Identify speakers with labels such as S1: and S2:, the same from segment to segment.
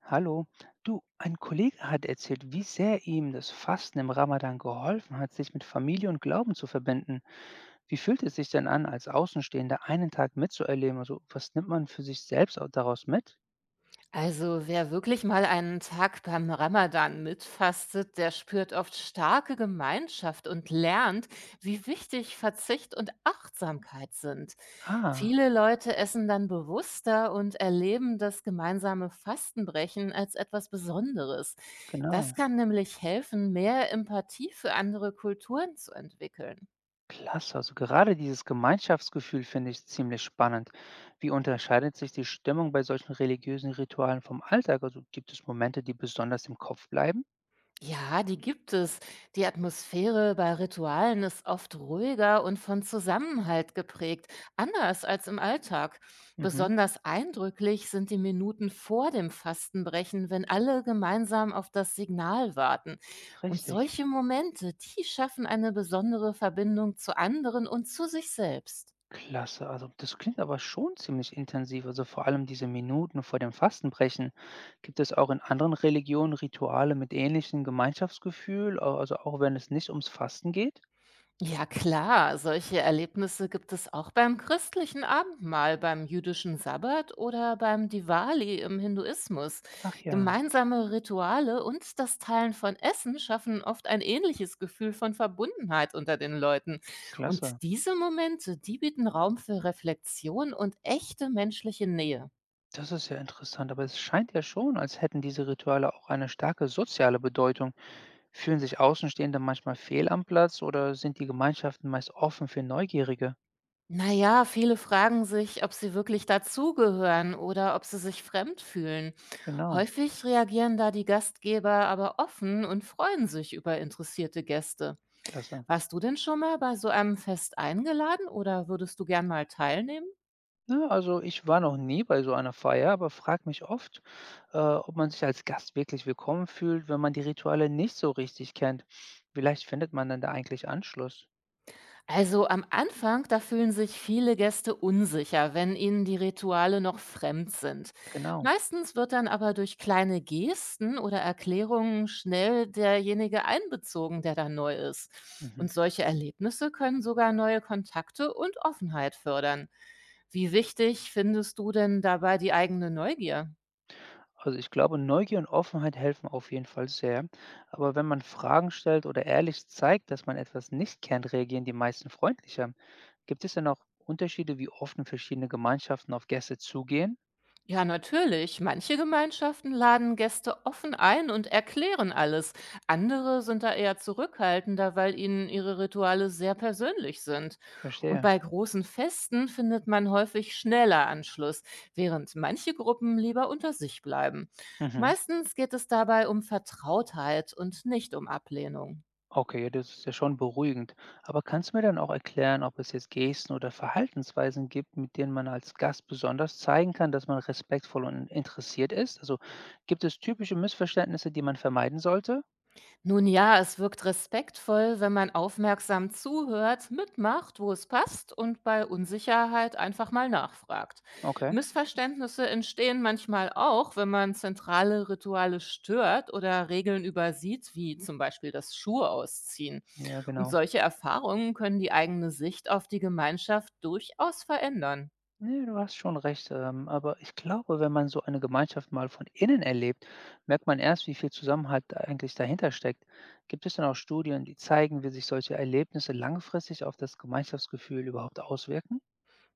S1: Hallo, du, ein Kollege hat erzählt, wie sehr ihm das Fasten im Ramadan geholfen hat, sich mit Familie und Glauben zu verbinden. Wie fühlt es sich denn an, als Außenstehender einen Tag mitzuerleben? Also, was nimmt man für sich selbst daraus mit?
S2: Also wer wirklich mal einen Tag beim Ramadan mitfastet, der spürt oft starke Gemeinschaft und lernt, wie wichtig Verzicht und Achtsamkeit sind.
S1: Ah,
S2: Viele Leute essen dann bewusster und erleben das gemeinsame Fastenbrechen als etwas Besonderes. Das
S1: genau.
S2: kann nämlich helfen, mehr Empathie für andere Kulturen zu entwickeln.
S1: Klasse. Also gerade dieses Gemeinschaftsgefühl finde ich ziemlich spannend. Wie unterscheidet sich die Stimmung bei solchen religiösen Ritualen vom Alltag? Also gibt es Momente, die besonders im Kopf bleiben?
S2: Ja, die gibt es. Die Atmosphäre bei Ritualen ist oft ruhiger und von Zusammenhalt geprägt, anders als im Alltag.
S1: Mhm,
S2: Besonders eindrücklich sind die Minuten vor dem Fastenbrechen, wenn alle gemeinsam auf das Signal warten. Und
S1: richtig.
S2: solche Momente, die schaffen eine besondere Verbindung zu anderen und zu sich selbst.
S1: Klasse, also das klingt aber schon ziemlich intensiv, also vor allem diese Minuten vor dem Fastenbrechen. Gibt es auch in anderen Religionen Rituale mit ähnlichem Gemeinschaftsgefühl, also auch wenn es nicht ums Fasten geht?
S2: Ja klar, solche Erlebnisse gibt es auch beim christlichen Abendmahl, beim jüdischen Sabbat oder beim Diwali im Hinduismus.
S1: Ach ja,
S2: Gemeinsame Rituale und das Teilen von Essen schaffen oft ein ähnliches Gefühl von Verbundenheit unter den Leuten.
S1: klasse.
S2: Und diese Momente, die bieten Raum für Reflexion und echte menschliche Nähe.
S1: Das ist ja interessant, aber es scheint ja schon, als hätten diese Rituale auch eine starke soziale Bedeutung. Fühlen sich Außenstehende manchmal fehl am Platz oder sind die Gemeinschaften meist offen für Neugierige?
S2: Na ja, viele fragen sich, ob sie wirklich dazugehören oder ob sie sich fremd fühlen.
S1: Genau,
S2: Häufig reagieren da die Gastgeber aber offen und freuen sich über interessierte Gäste.
S1: klasse.
S2: Warst du denn schon mal bei so einem Fest eingeladen oder würdest du gern mal teilnehmen?
S1: Ne, also ich war noch nie bei so einer Feier, aber frage mich oft, ob man sich als Gast wirklich willkommen fühlt, wenn man die Rituale nicht so richtig kennt. Vielleicht findet man dann da eigentlich Anschluss.
S2: Also am Anfang, da fühlen sich viele Gäste unsicher, wenn ihnen die Rituale noch fremd sind.
S1: Genau.
S2: Meistens wird dann aber durch kleine Gesten oder Erklärungen schnell derjenige einbezogen, der da neu ist.
S1: Mhm.
S2: Und solche Erlebnisse können sogar neue Kontakte und Offenheit fördern. Wie wichtig findest du denn dabei die eigene Neugier?
S1: Also ich glaube, Neugier und Offenheit helfen auf jeden Fall sehr. Aber wenn man Fragen stellt oder ehrlich zeigt, dass man etwas nicht kennt, reagieren die meisten freundlicher. Gibt es denn auch Unterschiede, wie offen verschiedene Gemeinschaften auf Gäste zugehen?
S2: Ja, natürlich. Manche Gemeinschaften laden Gäste offen ein und erklären alles. Andere sind da eher zurückhaltender, weil ihnen ihre Rituale sehr persönlich sind. Und
S1: Verstehe.
S2: bei großen Festen findet man häufig schneller Anschluss, während manche Gruppen lieber unter sich bleiben.
S1: Mhm.
S2: Meistens geht es dabei um Vertrautheit und nicht um Ablehnung.
S1: Okay, ja, das ist ja schon beruhigend. Aber kannst du mir dann auch erklären, ob es jetzt Gesten oder Verhaltensweisen gibt, mit denen man als Gast besonders zeigen kann, dass man respektvoll und interessiert ist? Also gibt es typische Missverständnisse, die man vermeiden sollte?
S2: Nun ja, es wirkt respektvoll, wenn man aufmerksam zuhört, mitmacht, wo es passt und bei Unsicherheit einfach mal nachfragt.
S1: Okay,
S2: Missverständnisse entstehen manchmal auch, wenn man zentrale Rituale stört oder Regeln übersieht, wie zum Beispiel das Schuhe ausziehen.
S1: ja,
S2: Und
S1: genau.
S2: solche Erfahrungen können die eigene Sicht auf die Gemeinschaft durchaus verändern.
S1: Nee, du hast schon recht. Aber ich glaube, wenn man so eine Gemeinschaft mal von innen erlebt, merkt man erst, wie viel Zusammenhalt da eigentlich dahinter steckt. Gibt es denn auch Studien, die zeigen, wie sich solche Erlebnisse langfristig auf das Gemeinschaftsgefühl überhaupt auswirken?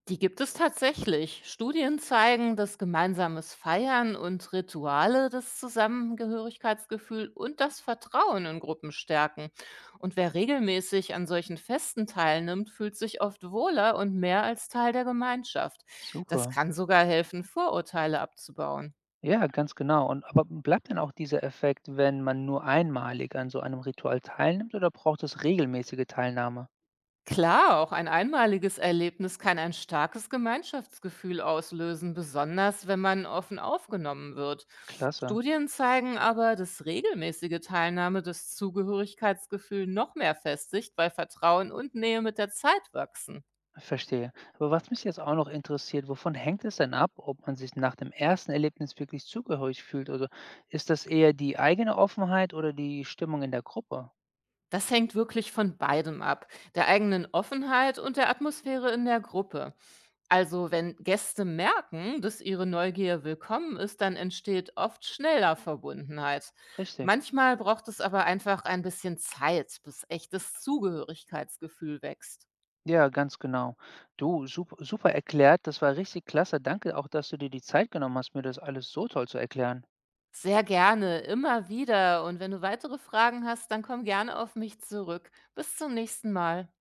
S2: Die gibt es tatsächlich. Studien zeigen, dass gemeinsames Feiern und Rituale das Zusammengehörigkeitsgefühl und das Vertrauen in Gruppen stärken. Und wer regelmäßig an solchen Festen teilnimmt, fühlt sich oft wohler und mehr als Teil der Gemeinschaft. Das
S1: Super.
S2: kann sogar helfen, Vorurteile abzubauen.
S1: Ja, ganz genau. Und aber bleibt denn auch dieser Effekt, wenn man nur einmalig an so einem Ritual teilnimmt oder braucht es regelmäßige Teilnahme?
S2: Klar, auch ein einmaliges Erlebnis kann ein starkes Gemeinschaftsgefühl auslösen, besonders wenn man offen aufgenommen wird.
S1: Klasse,
S2: Studien zeigen aber, dass regelmäßige Teilnahme das Zugehörigkeitsgefühl noch mehr festigt, weil Vertrauen und Nähe mit der Zeit wachsen.
S1: verstehe. Aber was mich jetzt auch noch interessiert, wovon hängt es denn ab, ob man sich nach dem ersten Erlebnis wirklich zugehörig fühlt? Also ist das eher die eigene Offenheit oder die Stimmung in der Gruppe?
S2: Das hängt wirklich von beidem ab, der eigenen Offenheit und der Atmosphäre in der Gruppe. Also, wenn Gäste merken, dass ihre Neugier willkommen ist, dann entsteht oft schneller Verbundenheit.
S1: Richtig.
S2: Manchmal braucht es aber einfach ein bisschen Zeit, bis echtes Zugehörigkeitsgefühl wächst.
S1: Ja, ganz genau. Du, super, super erklärt. Das war richtig klasse. Danke auch, dass du dir die Zeit genommen hast, mir das alles so toll zu erklären.
S2: Sehr gerne, immer wieder. Und wenn du weitere Fragen hast, dann komm gerne auf mich zurück. Bis zum nächsten Mal.